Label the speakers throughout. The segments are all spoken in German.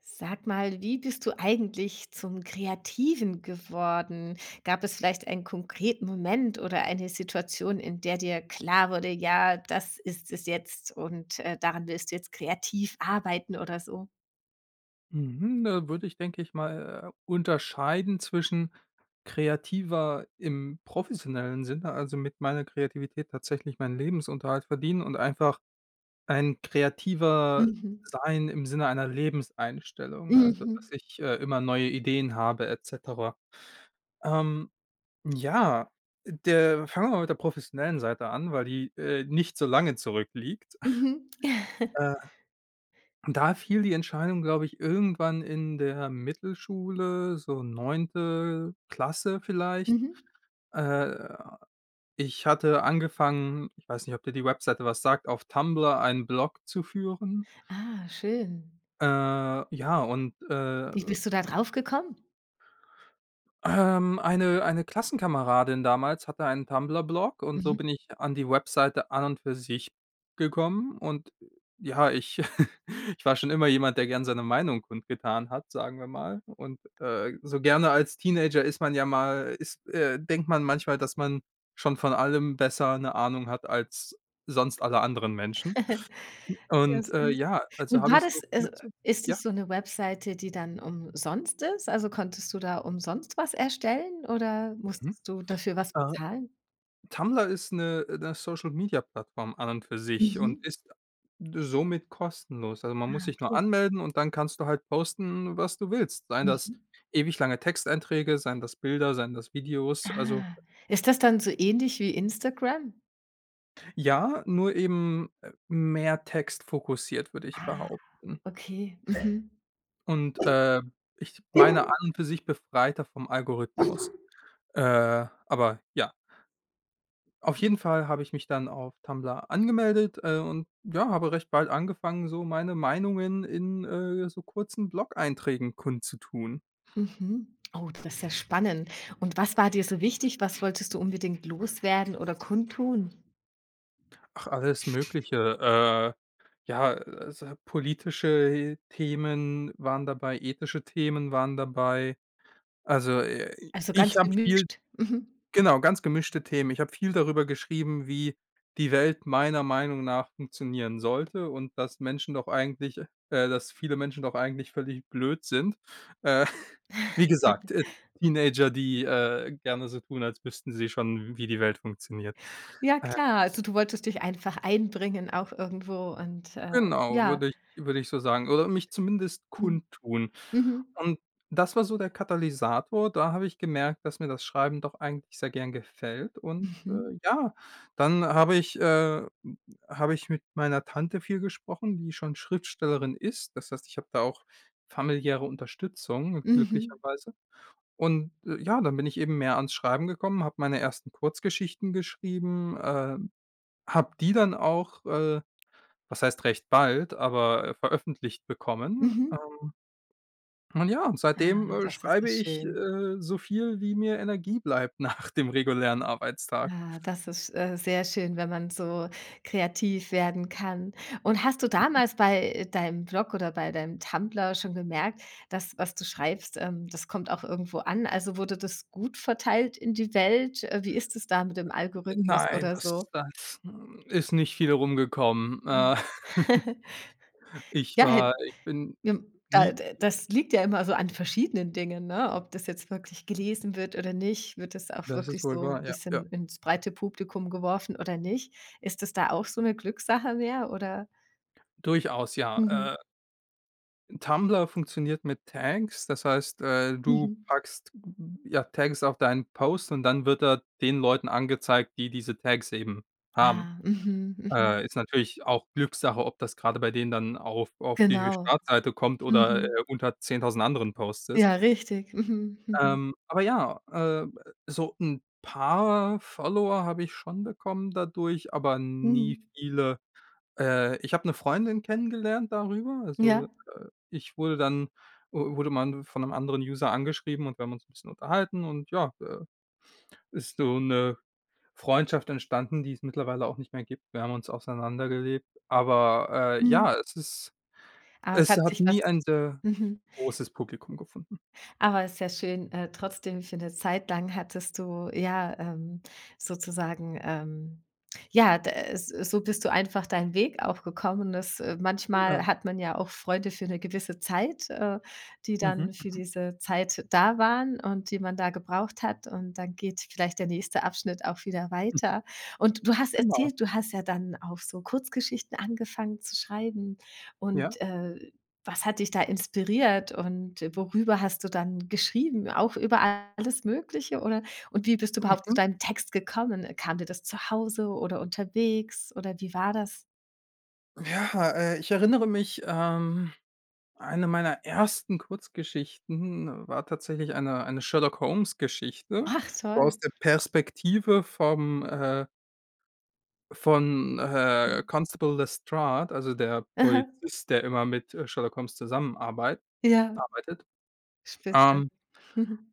Speaker 1: Sag mal, wie bist du eigentlich zum Kreativen geworden? Gab es vielleicht einen konkreten Moment oder eine Situation, in der dir klar wurde, ja, das ist es jetzt und daran willst du jetzt kreativ arbeiten oder so?
Speaker 2: Mhm, da würde ich, denke ich mal, unterscheiden zwischen kreativer im professionellen Sinne, also mit meiner Kreativität tatsächlich meinen Lebensunterhalt verdienen und einfach ein kreativer
Speaker 1: Mhm.
Speaker 2: sein im Sinne einer Lebenseinstellung, also
Speaker 1: Mhm.
Speaker 2: dass ich immer neue Ideen habe et cetera. Ähm, ja, der fangen wir mal mit der professionellen Seite an, weil die, nicht so lange zurückliegt.
Speaker 1: Mhm.
Speaker 2: Und da fiel die Entscheidung, glaube ich, irgendwann in der Mittelschule, so neunte Klasse vielleicht.
Speaker 1: Mhm.
Speaker 2: Äh, Ich hatte angefangen, ich weiß nicht, ob dir die Webseite was sagt, auf Tumblr einen Blog zu führen.
Speaker 1: Ah, schön.
Speaker 2: Äh, ja, und, äh
Speaker 1: Wie bist du da drauf gekommen?
Speaker 2: Eine Klassenkameradin damals hatte einen Tumblr-Blog und so
Speaker 1: Mhm.
Speaker 2: bin ich an die Webseite an und für sich gekommen. Und ja, ich ich war schon immer jemand, der gern seine Meinung kundgetan hat, sagen wir mal. Und, so gerne als Teenager ist man ja mal ist denkt man manchmal, dass man schon von allem besser eine Ahnung hat als sonst alle anderen Menschen.
Speaker 1: Ja,
Speaker 2: Und,
Speaker 1: süß.
Speaker 2: ja, also
Speaker 1: Und
Speaker 2: habe
Speaker 1: war
Speaker 2: ich so
Speaker 1: das also, ist
Speaker 2: ja?
Speaker 1: es so 'ne Webseite, die dann umsonst ist? Also, konntest du da umsonst was erstellen oder
Speaker 2: Mhm.
Speaker 1: musstest du dafür was bezahlen?
Speaker 2: Tumblr ist eine 'ne Social-Media-Plattform an und für sich und
Speaker 1: Mhm.
Speaker 2: ist somit kostenlos. Also, man
Speaker 1: Ah,
Speaker 2: muss sich nur
Speaker 1: okay.
Speaker 2: anmelden und dann kannst du halt posten, was du willst. Seien das
Speaker 1: Mhm.
Speaker 2: ewig lange Texteinträge, seien das Bilder, seien das Videos. Also,
Speaker 1: Ah. Ist das dann so ähnlich wie Instagram?
Speaker 2: ja, nur eben, mehr Text fokussiert würde ich
Speaker 1: Ah,
Speaker 2: behaupten.
Speaker 1: okay. Mhm.
Speaker 2: Und, ich meine an und für sich befreiter vom Algorithmus. Aber ja. Auf jeden Fall habe ich mich dann auf Tumblr angemeldet, und ja, habe recht bald angefangen, so meine Meinungen in, so kurzen Blog-Einträgen kundzutun.
Speaker 1: Mhm. Oh, das ist ja spannend. Und was war dir so wichtig? Was wolltest du unbedingt loswerden oder kundtun?
Speaker 2: Ach, alles Mögliche. Ja, also politische Themen waren dabei, ethische Themen waren dabei. Also,
Speaker 1: Also,
Speaker 2: ich
Speaker 1: ganz
Speaker 2: habe viel.
Speaker 1: gemischt. Mhm.
Speaker 2: Genau, ganz gemischte Themen. Ich habe viel darüber geschrieben, wie die Welt meiner Meinung nach funktionieren sollte und dass Menschen doch eigentlich dass viele Menschen doch eigentlich völlig blöd sind. Äh, Wie gesagt, Teenager, die, gerne so tun, als wüssten sie schon, wie die Welt funktioniert.
Speaker 1: Ja
Speaker 2: Äh
Speaker 1: klar, also du wolltest dich einfach einbringen auch irgendwo und,
Speaker 2: Genau,
Speaker 1: ja.
Speaker 2: würde ich so sagen oder mich zumindest
Speaker 1: Mhm.
Speaker 2: kundtun.
Speaker 1: Mhm.
Speaker 2: Und das war so der Katalysator. Da habe ich gemerkt, dass mir das Schreiben doch eigentlich sehr gern gefällt und,
Speaker 1: Mhm.
Speaker 2: ja, dann habe ich mit meiner Tante viel gesprochen, die schon Schriftstellerin ist. Das heißt, ich habe da auch familiäre Unterstützung
Speaker 1: Mhm.
Speaker 2: glücklicherweise. Und, ja, dann bin ich eben mehr ans Schreiben gekommen, habe meine ersten Kurzgeschichten geschrieben, habe die dann auch, was heißt recht bald, aber veröffentlicht bekommen.
Speaker 1: Mhm.
Speaker 2: Und ja, und seitdem,
Speaker 1: Ah, das ist ja
Speaker 2: schreibe ich,
Speaker 1: schön.
Speaker 2: so viel, wie mir Energie bleibt nach dem regulären Arbeitstag.
Speaker 1: Ah, das ist, sehr schön, wenn man so kreativ werden kann. Und hast du damals bei deinem Blog oder bei deinem Tumblr schon gemerkt, dass was du schreibst, das kommt auch irgendwo an? Also wurde das gut verteilt in die Welt? Wie ist es da mit dem Algorithmus
Speaker 2: Nein,
Speaker 1: oder
Speaker 2: das
Speaker 1: so?
Speaker 2: das, hm, ist nicht viel rumgekommen.
Speaker 1: Mhm.
Speaker 2: Ich
Speaker 1: Ja,
Speaker 2: war ich bin
Speaker 1: Ja, da
Speaker 2: nie
Speaker 1: d das liegt ja immer so an verschiedenen Dingen, ne? Ob das jetzt wirklich gelesen wird oder nicht, wird das auch
Speaker 2: Das ist
Speaker 1: wirklich
Speaker 2: wohl
Speaker 1: so 'n
Speaker 2: wahr, ja, ja.
Speaker 1: bisschen ins breite Publikum geworfen oder nicht? Ist das da auch so eine Glückssache mehr oder?
Speaker 2: Durchaus, ja.
Speaker 1: Mhm,
Speaker 2: Tumblr funktioniert mit Tags, das heißt, du
Speaker 1: mhm.
Speaker 2: packst, ja, Tags auf deinen Post und dann wird er den Leuten angezeigt, die diese Tags eben haben.
Speaker 1: Ja, mhm, mhm.
Speaker 2: Ist natürlich auch Glückssache, ob das grade bei denen dann auf die
Speaker 1: Genau.
Speaker 2: Startseite kommt oder,
Speaker 1: Mhm.
Speaker 2: unter 10.000 anderen Posts ist.
Speaker 1: Ja, richtig. Mhm, mhm, mhm.
Speaker 2: Aber ja, so 'n paar Follower habe ich schon bekommen dadurch, aber nie
Speaker 1: Mhm.
Speaker 2: viele. Ich habe 'ne Freundin kennengelernt darüber. Also,
Speaker 1: Ja,
Speaker 2: ich wurde dann wu wurde mal von 'nem anderen User angeschrieben und wir haben uns 'n bisschen unterhalten und ja, ist so 'ne Freundschaft entstanden, die es mittlerweile auch nicht mehr gibt. Wir haben uns auseinandergelebt, aber,
Speaker 1: mhm.
Speaker 2: ja,
Speaker 1: Aber es
Speaker 2: es
Speaker 1: hat
Speaker 2: hat
Speaker 1: sich was
Speaker 2: nie ein sehr
Speaker 1: mhm.
Speaker 2: großes Publikum gefunden.
Speaker 1: Aber es ist ja schön, trotzdem für eine Zeit lang hattest du ja, sozusagen, ja, d so bist du einfach deinen Weg auch gekommen. Das
Speaker 2: Ja,
Speaker 1: manchmal hat man ja auch Freunde für eine gewisse Zeit, die
Speaker 2: mhm.
Speaker 1: dann für diese Zeit da waren und die man da gebraucht hat und dann geht vielleicht der nächste Abschnitt auch wieder
Speaker 2: Mhm.
Speaker 1: weiter. Und du hast
Speaker 2: Genau,
Speaker 1: erzählt, du hast ja dann auch so Kurzgeschichten angefangen zu schreiben
Speaker 2: ja.
Speaker 1: und, was hat dich da inspiriert und worüber hast du dann geschrieben? Auch über alles Mögliche oder und wie bist du überhaupt zu
Speaker 2: Mhm.
Speaker 1: deinem Text gekommen? Kam dir das zu Hause oder unterwegs oder wie war das?
Speaker 2: Ja, ich erinnere mich, eine meiner ersten Kurzgeschichten war tatsächlich eine Sherlock-Holmes-Geschichte
Speaker 1: Ach toll.
Speaker 2: aus der Perspektive vom, äh von, äh,
Speaker 1: Mhm.
Speaker 2: Constable Lestrade, also der
Speaker 1: Aha.
Speaker 2: Polizist, der immer mit, Sherlock Holmes zusammenarbeitet.
Speaker 1: Ja,
Speaker 2: Gearbeitet.
Speaker 1: spitze.
Speaker 2: Ähm,
Speaker 1: Mhm.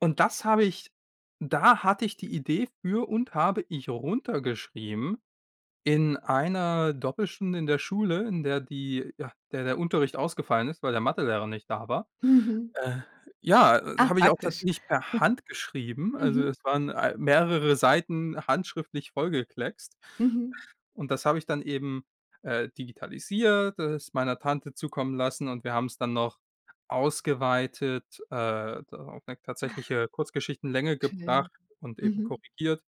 Speaker 2: und das habe ich, da hatte ich die Idee für und habe ich runtergeschrieben in einer Doppelstunde in der Schule, in der der Unterricht ausgefallen ist, weil der Mathelehrer nicht da war.
Speaker 1: Mhm.
Speaker 2: Äh, ja, das
Speaker 1: Ah,
Speaker 2: habe ich auch
Speaker 1: praktisch.
Speaker 2: tatsächlich per Hand geschrieben. Also,
Speaker 1: Mhm.
Speaker 2: es waren, mehrere Seiten handschriftlich vollgekleckst.
Speaker 1: Mhm.
Speaker 2: Und das habe ich dann eben, digitalisiert, es meiner Tante zukommen lassen und wir haben es dann noch ausgeweitet, da auf 'ne tatsächliche Kurzgeschichtenlänge gebracht
Speaker 1: Schön.
Speaker 2: und eben
Speaker 1: Mhm.
Speaker 2: korrigiert.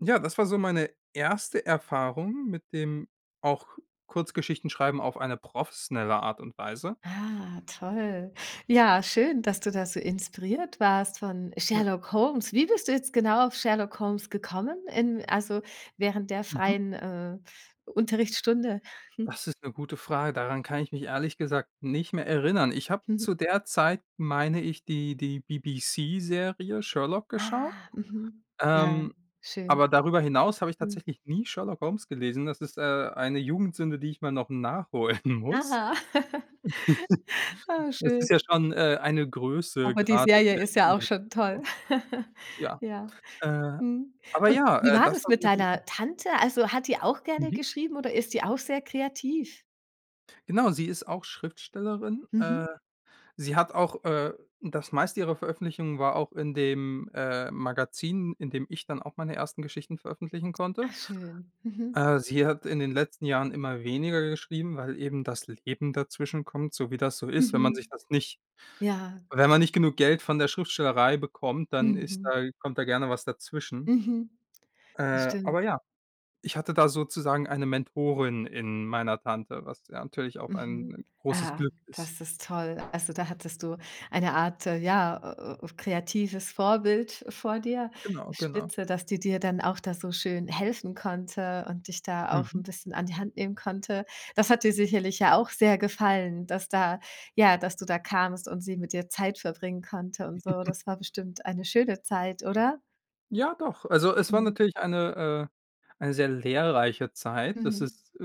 Speaker 2: Ja, das war so meine erste Erfahrung mit dem auch Kurzgeschichtenschreiben auf eine professionelle Art und Weise.
Speaker 1: Ah, toll. Ja, schön, dass du da so inspiriert warst von
Speaker 2: Ja.
Speaker 1: Sherlock Holmes. Wie bist du jetzt genau auf Sherlock Holmes gekommen? In, also während der
Speaker 2: Mhm.
Speaker 1: freien Unterrichtsstunde?
Speaker 2: Das ist eine gute Frage. Daran kann ich mich ehrlich gesagt nicht mehr erinnern. Ich habe
Speaker 1: Hm,
Speaker 2: zu
Speaker 1: mhm.
Speaker 2: der Zeit, meine ich, die BBC-Serie Sherlock geschaut.
Speaker 1: Ah, mhm. Ja,
Speaker 2: Ähm
Speaker 1: schön.
Speaker 2: Aber darüber hinaus habe ich
Speaker 1: Hm.
Speaker 2: tatsächlich nie Sherlock Holmes gelesen. Das ist, eine Jugendsünde, die ich mal noch nachholen muss.
Speaker 1: Ah, ah,
Speaker 2: Das
Speaker 1: schön.
Speaker 2: ist ja schon, eine Größe
Speaker 1: Aber die
Speaker 2: gerade in
Speaker 1: Serie
Speaker 2: der
Speaker 1: ist ja auch schon toll.
Speaker 2: Krimi-Literatur. Ja,
Speaker 1: Ja.
Speaker 2: äh,
Speaker 1: Mhm.
Speaker 2: aber
Speaker 1: Und
Speaker 2: ja,
Speaker 1: wie war
Speaker 2: das
Speaker 1: das
Speaker 2: war
Speaker 1: mit
Speaker 2: so die.
Speaker 1: deiner Tante? Also hat die auch gerne
Speaker 2: Mhm.
Speaker 1: geschrieben oder ist die auch sehr kreativ?
Speaker 2: Genau, sie ist auch Schriftstellerin.
Speaker 1: Mhm.
Speaker 2: Sie hat auch, äh Das meiste ihrer Veröffentlichungen war auch in dem, Magazin, in dem ich dann auch meine ersten Geschichten veröffentlichen konnte.
Speaker 1: Ach, schön. Mhm.
Speaker 2: Sie hat in den letzten Jahren immer weniger geschrieben, weil eben das Leben dazwischen kommt, so wie das so ist.
Speaker 1: Mhm. Ja.
Speaker 2: Wenn man nicht genug Geld von der Schriftstellerei bekommt, dann ist
Speaker 1: Mhm.
Speaker 2: da kommt da gerne was dazwischen.
Speaker 1: Mhm. Stimmt.
Speaker 2: Aber ja, ich hatte da sozusagen eine Mentorin in meiner Tante, was ja natürlich auch
Speaker 1: Mhm.
Speaker 2: ein großes
Speaker 1: Ah,
Speaker 2: Glück ist.
Speaker 1: das ist toll. Also, da hattest du eine Art, ja, kreatives Vorbild vor dir.
Speaker 2: Genau, genau.
Speaker 1: Spitze, dass die dir dann auch da so schön helfen konnte und dich da auch
Speaker 2: Mhm.
Speaker 1: ein bisschen an die Hand nehmen konnte. Das hat dir sicherlich ja auch sehr gefallen, dass da ja, dass du da kamst und sie mit dir Zeit verbringen konnte und so. Das war bestimmt eine schöne Zeit, oder?
Speaker 2: Ja, doch. Also, es war
Speaker 1: Mhm.
Speaker 2: natürlich eine sehr lehrreiche Zeit. Das
Speaker 1: Mhm.
Speaker 2: ist, äh,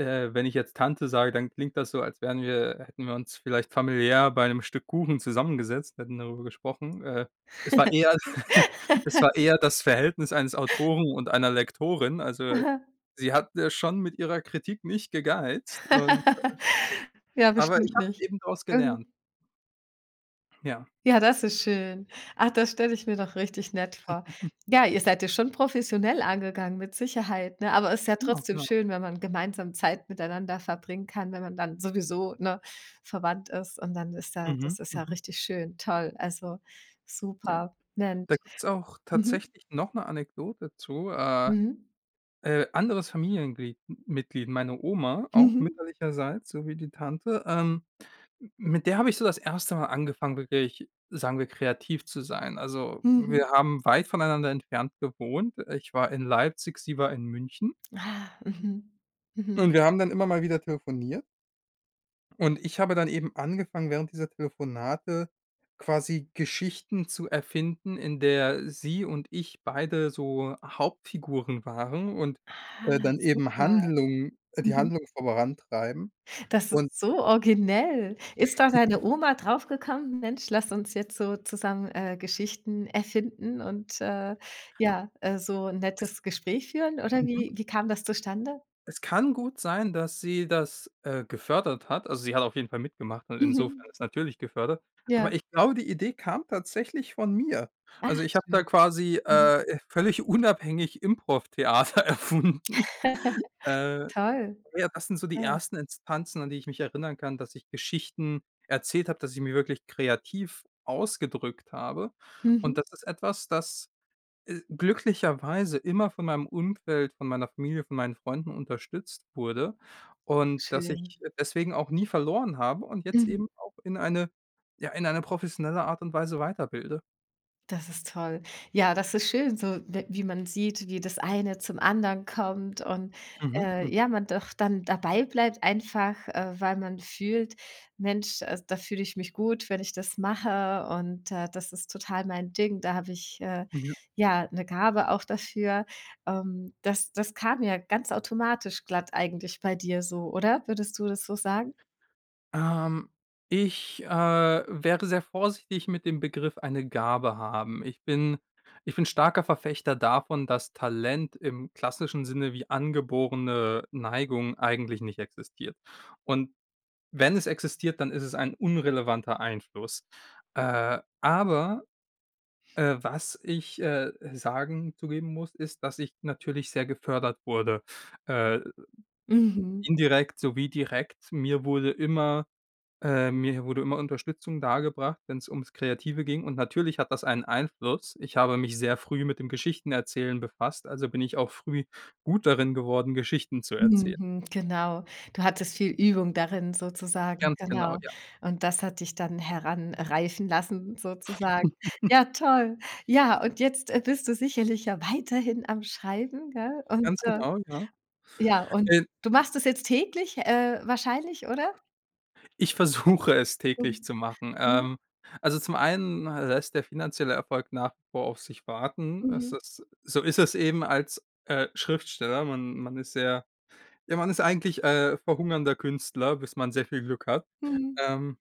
Speaker 2: Äh, wenn ich jetzt Tante sage, dann klingt das so, als wären wir hätten wir uns vielleicht familiär bei einem Stück Kuchen zusammengesetzt, hätten darüber gesprochen. Es war eher es war eher das Verhältnis eines Autoren und einer Lektorin. Also, sie hat, schon mit ihrer Kritik nicht gegeizt und
Speaker 1: Ja,
Speaker 2: aber ich
Speaker 1: bestimmt
Speaker 2: habe
Speaker 1: nicht.
Speaker 2: eben daraus
Speaker 1: Mhm.
Speaker 2: gelernt. Ja.
Speaker 1: Ja, das ist schön. Ach, das stelle ich mir doch richtig nett vor.
Speaker 2: Mhm.
Speaker 1: Ja, ihr seid ja schon professionell angegangen, mit Sicherheit, ne? Aber es ist ja
Speaker 2: Genau,
Speaker 1: trotzdem
Speaker 2: genau.
Speaker 1: schön, wenn man gemeinsam Zeit miteinander verbringen kann, wenn man dann sowieso, ne, verwandt ist und dann ist ja
Speaker 2: Mhm,
Speaker 1: das ist ja
Speaker 2: mhm,
Speaker 1: richtig schön, toll. Also,
Speaker 2: ja.
Speaker 1: super,
Speaker 2: Da
Speaker 1: Mensch.
Speaker 2: gibt's auch
Speaker 1: Mhm.
Speaker 2: tatsächlich noch eine Anekdote zu.
Speaker 1: Mhm.
Speaker 2: Anderes Familienglied Mitglied, meine Oma, auch
Speaker 1: Mhm.
Speaker 2: mütterlicherseits, so wie die Tante, mit der habe ich so das erste Mal angefangen, wirklich, sagen wir, kreativ zu sein. Also,
Speaker 1: Mhm.
Speaker 2: wir haben weit voneinander entfernt gewohnt. Ich war in Leipzig, sie war in München
Speaker 1: Ah, mhm. Mhm.
Speaker 2: und wir haben dann immer mal wieder telefoniert. Und ich habe dann eben angefangen, während dieser Telefonate quasi Geschichten zu erfinden, in der sie und ich beide so Hauptfiguren waren und,
Speaker 1: Ah,
Speaker 2: dann eben
Speaker 1: super.
Speaker 2: Handlungen die
Speaker 1: Mhm.
Speaker 2: Handlung vorantreiben.
Speaker 1: Das
Speaker 2: Und
Speaker 1: ist so originell. Ist da deine Oma draufgekommen: „Mensch, lass uns jetzt so zusammen, Geschichten erfinden und, ja, so 'n
Speaker 2: es
Speaker 1: nettes Gespräch führen“, oder
Speaker 2: mhm.
Speaker 1: wie kam das zustande?
Speaker 2: Es kann gut sein, dass sie das, gefördert hat. Also, sie hat auf jeden Fall mitgemacht und insofern
Speaker 1: Mhm.
Speaker 2: ist natürlich gefördert. Aber
Speaker 1: Ja.
Speaker 2: ich glaube, die Idee kam tatsächlich von mir.
Speaker 1: Ach
Speaker 2: Also, ich habe da
Speaker 1: schön.
Speaker 2: quasi,
Speaker 1: Mhm.
Speaker 2: völlig unabhängig Improvtheater erfunden. Äh,
Speaker 1: Toll.
Speaker 2: ja, das sind so die
Speaker 1: Ja.
Speaker 2: ersten Instanzen, an die ich mich erinnern kann, dass ich Geschichten erzählt habe, dass ich mich wirklich kreativ ausgedrückt habe. Und
Speaker 1: Mhm.
Speaker 2: das ist etwas, das, glücklicherweise immer von meinem Umfeld, von meiner Familie, von meinen Freunden unterstützt wurde und dass
Speaker 1: Schön.
Speaker 2: ich deswegen auch nie verloren habe und jetzt
Speaker 1: Mhm.
Speaker 2: eben auch in eine professionelle Art und Weise weiterbilde.
Speaker 1: Das ist toll. Ja, das ist schön, so w wie man sieht, wie das eine zum anderen kommt und,
Speaker 2: Mhm,
Speaker 1: ja, man doch dann dabei bleibt einfach, weil man fühlt: „Mensch, also, da fühle ich mich gut, wenn ich das mache und, das ist total mein Ding. Da habe ich,
Speaker 2: hm.
Speaker 1: ja, eine Gabe auch dafür.“ das kam ja ganz automatisch glatt eigentlich bei dir so, oder? Würdest du das so sagen?
Speaker 2: Ähm, Ich, wäre sehr vorsichtig mit dem Begriff „eine Gabe haben". Ich bin starker Verfechter davon, dass Talent im klassischen Sinne wie angeborene Neigung eigentlich nicht existiert. Und wenn es existiert, dann ist es ein unrelevanter Einfluss. Aber, was ich, sagen zugeben muss, ist, dass ich natürlich sehr gefördert wurde, äh,
Speaker 1: Mhm.
Speaker 2: indirekt sowie direkt. Mir wurde immer Unterstützung dargebracht, wenn es ums Kreative ging und natürlich hat das einen Einfluss. Ich habe mich sehr früh mit dem Geschichtenerzählen befasst, also bin ich auch früh gut darin geworden, Geschichten zu erzählen.
Speaker 1: Mhm, genau. Du hattest viel Übung darin sozusagen,
Speaker 2: Ganz genau,
Speaker 1: genau.
Speaker 2: ja.
Speaker 1: Und das hat dich dann heranreifen lassen sozusagen. Ja, toll. Ja, und jetzt, bist du sicherlich ja weiterhin am Schreiben, gell? Und,
Speaker 2: Ganz genau, ja.
Speaker 1: ja, und
Speaker 2: Äh,
Speaker 1: du machst es jetzt täglich, wahrscheinlich, oder?
Speaker 2: Ich versuche es
Speaker 1: Mhm.
Speaker 2: täglich zu machen.
Speaker 1: Mhm.
Speaker 2: Also, zum einen lässt der finanzielle Erfolg nach wie vor auf sich warten. Es
Speaker 1: Mhm.
Speaker 2: ist so ist es eben als, Schriftsteller. Man ist sehr ja, man ist eigentlich, verhungernder Künstler, bis man sehr viel Glück hat.
Speaker 1: Mhm.
Speaker 2: Ähm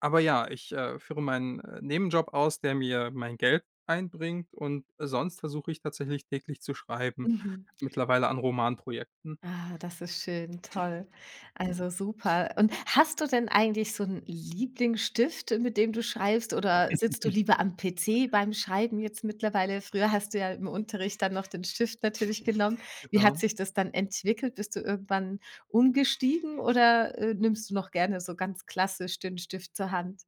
Speaker 2: Aber ja, ich, führe meinen, Nebenjob aus, der mir mein Geld einbringt und sonst versuche ich tatsächlich täglich zu schreiben,
Speaker 1: Mhm.
Speaker 2: mittlerweile an Romanprojekten.
Speaker 1: Ah, das ist schön, toll. Also super. Und hast du denn eigentlich so 'n Lieblingsstift, mit dem du schreibst, oder sitzt du lieber am PC beim Schreiben jetzt mittlerweile? Früher hast du ja im Unterricht dann noch den Stift natürlich genommen.
Speaker 2: Ja,
Speaker 1: Wie hat
Speaker 2: genau.
Speaker 1: sich das dann entwickelt? Bist du irgendwann umgestiegen oder, nimmst du noch gerne so ganz klassisch den Stift zur Hand?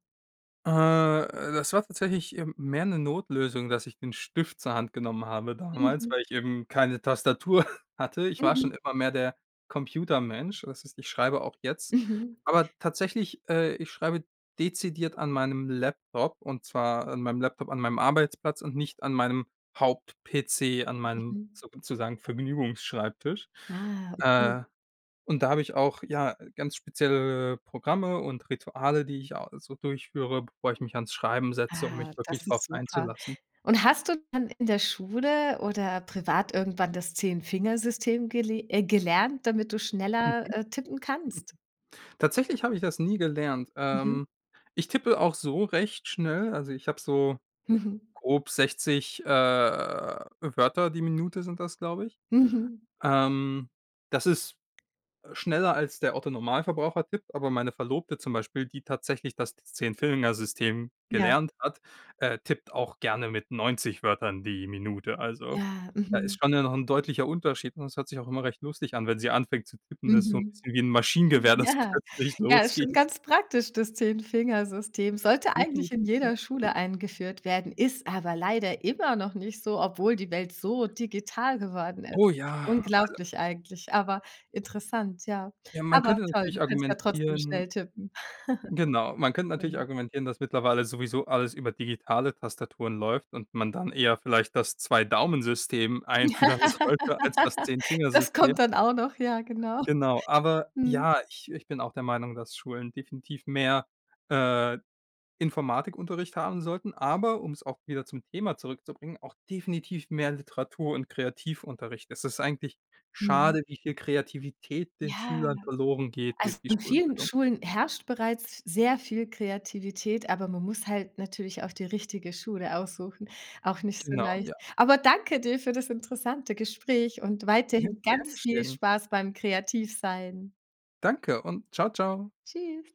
Speaker 2: Das war tatsächlich, mehr 'ne Notlösung, dass ich den Stift zur Hand genommen habe damals,
Speaker 1: Mhm,
Speaker 2: weil ich eben keine Tastatur hatte. Ich war
Speaker 1: mhm.
Speaker 2: schon immer mehr der Computermensch. Das heißt, ich schreibe auch jetzt.
Speaker 1: Mhm,
Speaker 2: Aber tatsächlich, ich schreibe dezidiert an meinem Laptop und zwar an meinem Laptop an meinem Arbeitsplatz und nicht an meinem Haupt-PC, an meinem
Speaker 1: mhm.
Speaker 2: sozusagen Vergnügungsschreibtisch.
Speaker 1: Ah, okay.
Speaker 2: Äh und da habe ich auch, ja, ganz spezielle Programme und Rituale, die ich a so durchführe, bevor ich mich ans Schreiben setze, um mich
Speaker 1: Ah,
Speaker 2: wirklich
Speaker 1: das
Speaker 2: drauf
Speaker 1: ist super.
Speaker 2: einzulassen.
Speaker 1: Und hast du dann in der Schule oder privat irgendwann das Zehn-Fingersystem gelernt, damit du schneller,
Speaker 2: Hm,
Speaker 1: tippen kannst?
Speaker 2: Tatsächlich habe ich das nie gelernt.
Speaker 1: Mhm.
Speaker 2: Ich tippe auch so recht schnell. Also, ich habe so
Speaker 1: Mhm.
Speaker 2: grob 60, Wörter die Minute sind das, glaube ich.
Speaker 1: Mhm.
Speaker 2: Ähm, Das ist schneller als der Otto Normalverbraucher tippt, aber meine Verlobte zum Beispiel, die tatsächlich das zehn System
Speaker 1: Ja.
Speaker 2: gelernt hat, tippt auch gerne mit 90 Wörtern die Minute. Also,
Speaker 1: Ja.
Speaker 2: da ist
Speaker 1: Mhm.
Speaker 2: schon ja noch ein deutlicher Unterschied und das hört sich auch immer recht lustig an, wenn sie anfängt zu tippen. Das ist so ein
Speaker 1: Mhm.
Speaker 2: bisschen wie ein Maschinengewehr, das
Speaker 1: Ja.
Speaker 2: plötzlich
Speaker 1: Ja, ist
Speaker 2: losgeht.
Speaker 1: schon ganz praktisch, das Zehn-Fingersystem. Sollte eigentlich in
Speaker 2: Definitiv, ja.
Speaker 1: jeder Schule eingeführt werden, ist aber leider immer noch nicht so, obwohl die Welt so digital geworden ist.
Speaker 2: Oh ja, also,
Speaker 1: Unglaublich eigentlich, aber interessant, ja.
Speaker 2: ja, man
Speaker 1: Aber
Speaker 2: könnte
Speaker 1: toll, du
Speaker 2: natürlich
Speaker 1: kannst ja trotzdem
Speaker 2: argumentieren
Speaker 1: schnell tippen.
Speaker 2: Genau. Man könnte natürlich argumentieren, dass mittlerweile sowieso alles über digitale Tastaturen läuft und man dann eher vielleicht das Zwei-Daumen-System einführen sollte als das zehn
Speaker 1: Das
Speaker 2: Finger-System.
Speaker 1: kommt dann auch noch, ja, genau.
Speaker 2: Genau, aber
Speaker 1: Mhm.
Speaker 2: ja, ich bin auch der Meinung, dass Schulen definitiv mehr, äh, Informatikunterricht haben sollten, aber um es auch wieder zum Thema zurückzubringen, auch definitiv mehr Literatur und Kreativunterricht. Es ist eigentlich
Speaker 1: Mhm.
Speaker 2: schade, wie viel Kreativität den
Speaker 1: Ja,
Speaker 2: Schülern verloren geht
Speaker 1: also
Speaker 2: durch die
Speaker 1: an vielen
Speaker 2: Schulbildung.
Speaker 1: Schulen herrscht bereits sehr viel Kreativität, aber man muss halt natürlich auch die richtige Schule aussuchen. Auch nicht so
Speaker 2: Genau,
Speaker 1: leicht.
Speaker 2: ja.
Speaker 1: Aber danke dir für das interessante Gespräch und
Speaker 2: Ja,
Speaker 1: weiterhin
Speaker 2: gern
Speaker 1: ganz viel
Speaker 2: geschehen.
Speaker 1: Spaß beim Kreativsein.
Speaker 2: Danke und ciao, ciao.
Speaker 1: Tschüss.